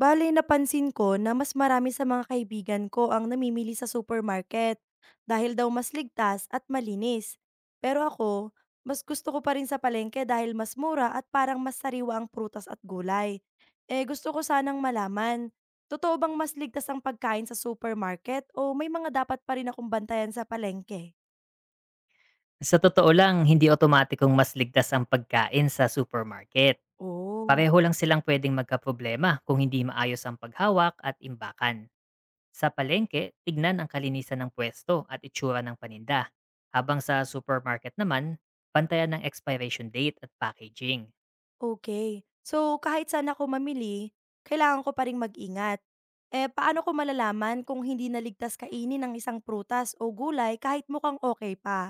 Bale, napansin ko na mas marami sa mga kaibigan ko ang namimili sa supermarket dahil daw mas ligtas at malinis. Pero ako, mas gusto ko pa rin sa palengke dahil mas mura at parang mas sariwa ang prutas at gulay. Eh, gusto ko sanang malaman, totoo bang mas ligtas ang pagkain sa supermarket o may mga dapat pa rin akong bantayan sa palengke? Sa totoo lang, hindi otomatikong mas ligtas ang pagkain sa supermarket. Oo. Pareho lang silang pwedeng magkaproblema kung hindi maayos ang paghawak at imbakan. Sa palengke, tignan ang kalinisan ng pwesto at itsura ng paninda. Habang sa supermarket naman, pantayan ng expiration date at packaging. Okay. So, kahit saan ako mamili, kailangan ko pa ring mag-ingat. Eh, paano ko malalaman kung hindi naligtas ligtas kainin ng isang prutas o gulay kahit mukhang okay pa?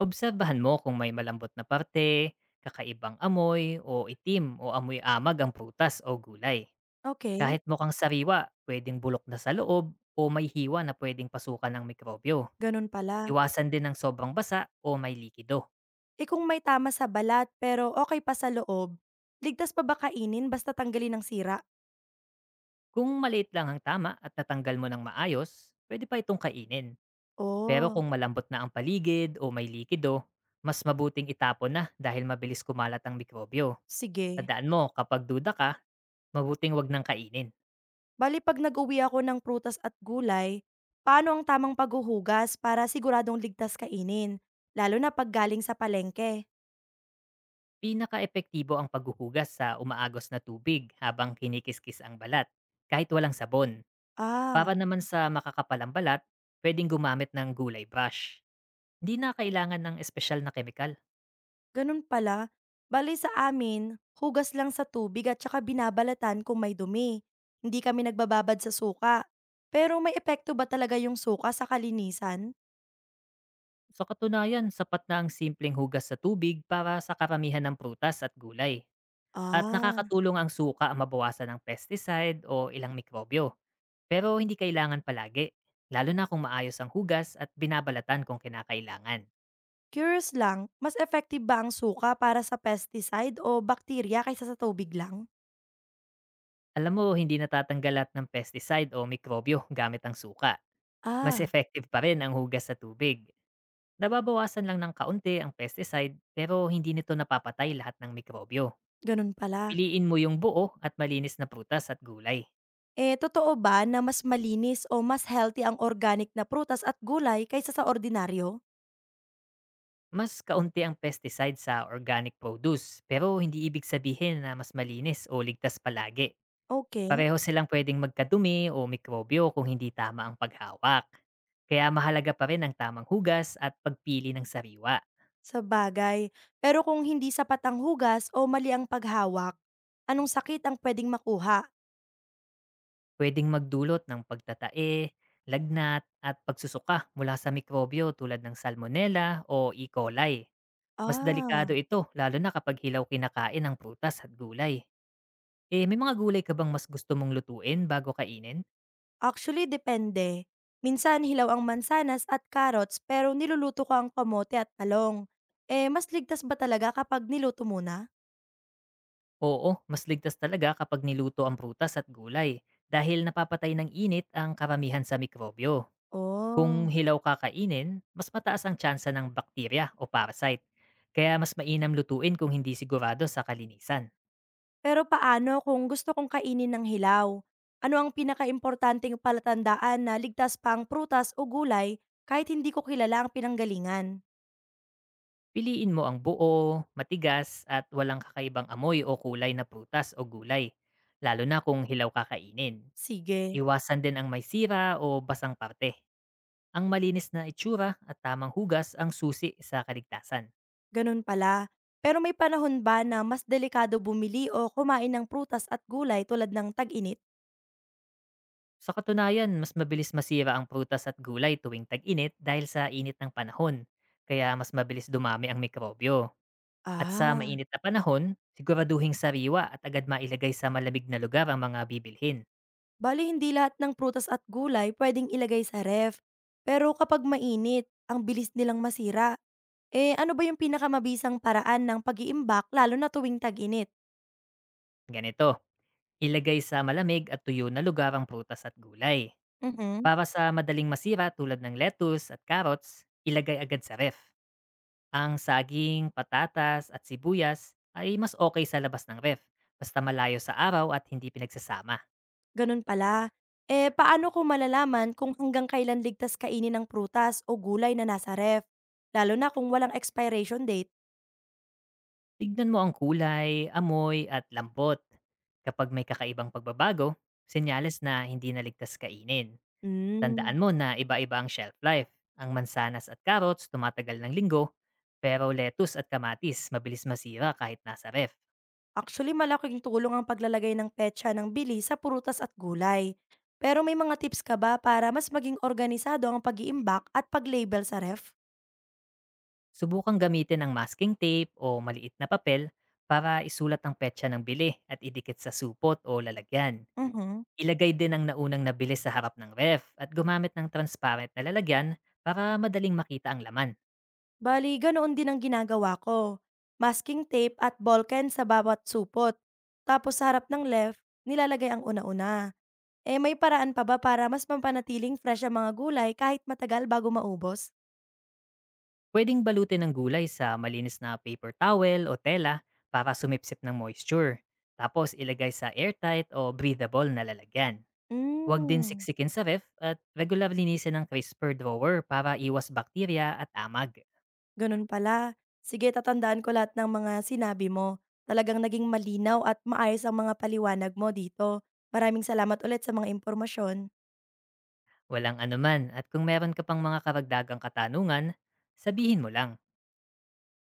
Obserbahan mo kung may malambot na parte, kakaibang amoy, o itim o amoy amag ang prutas o gulay. Okay, Kahit mukhang sariwa, pwedeng bulok na sa loob o may hiwa na pwedeng pasukan ng mikrobyo. ganun pala. Iwasan din ng sobrang basa o may likido. Eh, kung may tama sa balat pero okay pa sa loob, ligtas pa ba kainin basta tanggalin ang sira? Kung maliit lang ang tama at natanggal mo ng maayos, pwede pa itong kainin. Pero kung Oh, malambot na ang paligid o may likido, mas mabuting itapon na dahil mabilis kumalat ang mikrobyo. sige. Tandaan mo, kapag duda ka, mabuting wag nang kainin. Bale 'pag nag-uwi ako ng prutas at gulay, paano ang tamang paghuhugas para siguradong ligtas kainin, lalo na 'pag galing sa palengke? Pinaka-epektibo ang paghuhugas sa umaagos na tubig habang kinikis-kis ang balat, kahit walang sabon. Para Ah. naman sa makakapal balat, pwedeng gumamit ng gulay brush. Hindi na kailangan ng espesyal na kemikal. Ganun pala. Bale sa amin, hugas lang sa tubig at saka binabalatan kung may dumi. Hindi kami nagbababad sa suka. Pero may epekto ba talaga yung suka sa kalinisan? Sa katunayan, sapat na ang simpleng hugas sa tubig para sa karamihan ng prutas at gulay. At Ah, nakakatulong ang suka ang mabawasan ng pesticide o ilang mikrobyo. Pero hindi kailangan palagi, lalo na kung maayos ang hugas at binabalatan kung kinakailangan. curious lang, mas effective ba ang suka para sa pesticide o bakterya kaysa sa tubig lang? Alam mo, hindi natatanggal lahat ng pesticide o mikrobyo gamit ang suka. Mas Ah, effective pa rin ang hugas sa tubig. Nababawasan lang ng kaunti ang pesticide pero hindi nito napapatay lahat ng mikrobyo. ganun pala. Piliin mo yung buo at malinis na prutas at gulay. Eh, totoo ba na mas malinis o mas healthy ang organic na prutas at gulay kaysa sa ordinaryo? Mas kaunti ang pesticide sa organic produce pero hindi ibig sabihin na mas malinis o ligtas palagi. Okay. Pareho silang pwedeng magkadumi o mikrobyo kung hindi tama ang paghawak. Kaya mahalaga pa rin ang tamang hugas at pagpili ng sariwa. Sa bagay, pero kung hindi sapat ang hugas o mali ang paghawak, anong sakit ang pwedeng makuha? Puwedeng magdulot ng pagtatae, lagnat at pagsusuka mula sa mikrobyo tulad ng salmonella o E. coli. Mas Ah, delikado ito lalo na kapag hilaw kinakain ang prutas at gulay. Eh, may mga gulay ka bang mas gusto mong lutuin bago kainin? actually depende. Minsan hilaw ang mansanas at carrots pero niluluto ko ang kamote at talong. Eh, mas ligtas ba talaga kapag niluto muna? Oo, mas ligtas talaga kapag niluto ang prutas at gulay dahil napapatay ng init ang karamihan sa mikrobyo. Kung Oh. hilaw kakainin, mas mataas ang tsansa ng bakterya o parasite. Kaya mas mainam lutuin kung hindi sigurado sa kalinisan. Pero paano kung gusto kong kainin ng hilaw? Ano ang pinakaimportanteng palatandaan na ligtas pa ang prutas o gulay kahit hindi ko kilala ang pinanggalingan? Piliin mo ang buo, matigas at walang kakaibang amoy o kulay na prutas o gulay, lalo na kung hilaw kakainin. Sige. Iwasan din ang may sira o basang parte. Ang malinis na itsura at tamang hugas ang susi sa kaligtasan. Ganun pala. Pero may panahon ba na mas delikado bumili o kumain ng prutas at gulay tulad ng tag-init? Sa katunayan, mas mabilis masira ang prutas at gulay tuwing tag-init dahil sa init ng panahon, kaya mas mabilis dumami ang mikrobyo. At sa Ah, mainit na panahon, siguraduhing sariwa at agad mailagay sa malamig na lugar ang mga bibilhin. bali hindi lahat ng prutas at gulay pwedeng ilagay sa ref. Pero kapag mainit, ang bilis nilang masira. Eh, ano ba yung pinakamabisang paraan ng pag-iimbak lalo na tuwing tag-init? Ganito, ilagay sa malamig at tuyo na lugar ang prutas at gulay. Mhm, Para sa madaling masira tulad ng lettuce at carrots, ilagay agad sa ref. Ang saging, patatas at sibuyas ay mas okay sa labas ng ref, basta malayo sa araw at hindi pinagsasama. ganun pala. Eh, paano ko malalaman kung hanggang kailan ligtas kainin ng prutas o gulay na nasa ref? Lalo na kung walang expiration date. Tignan mo ang kulay, amoy at lambot. Kapag may kakaibang pagbabago, senyales na hindi naligtas kainin. Tandaan Mm. mo na iba-iba ang shelf life. Ang mansanas at carrots tumatagal ng linggo, pero lettuce at kamatis mabilis masira kahit nasa ref. Actually, malaking tulong ang paglalagay ng petsa ng bili sa prutas at gulay. Pero may mga tips ka ba para mas maging organisado ang pag-iimbak at pag-label sa ref? Subukang gamitin ang masking tape o maliit na papel para isulat ang petsa ng bili at idikit sa supot o lalagyan. Mhm. Ilagay din ang naunang nabili sa harap ng ref at gumamit ng transparent na lalagyan para madaling makita ang laman. Bali, ganoon din ang ginagawa ko. Masking tape at ballpen sa bawat supot. Tapos sa harap ng left, nilalagay ang una-una. Eh, may paraan pa ba para mas mampanatiling fresh ang mga gulay kahit matagal bago maubos? Pwedeng balutin ng gulay sa malinis na paper towel o tela para sumipsip ng moisture. Tapos ilagay sa airtight o breathable na lalagyan. Huwag din Mm. siksikin sa ref at regular linisin ng crisper drawer para iwas bakterya at amag. Ganun pala. Sige, tatandaan ko lahat ng mga sinabi mo. Talagang naging malinaw at maayos ang mga paliwanag mo dito. Maraming salamat ulit sa mga impormasyon. Walang anuman at kung meron ka pang mga karagdagang katanungan, sabihin mo lang.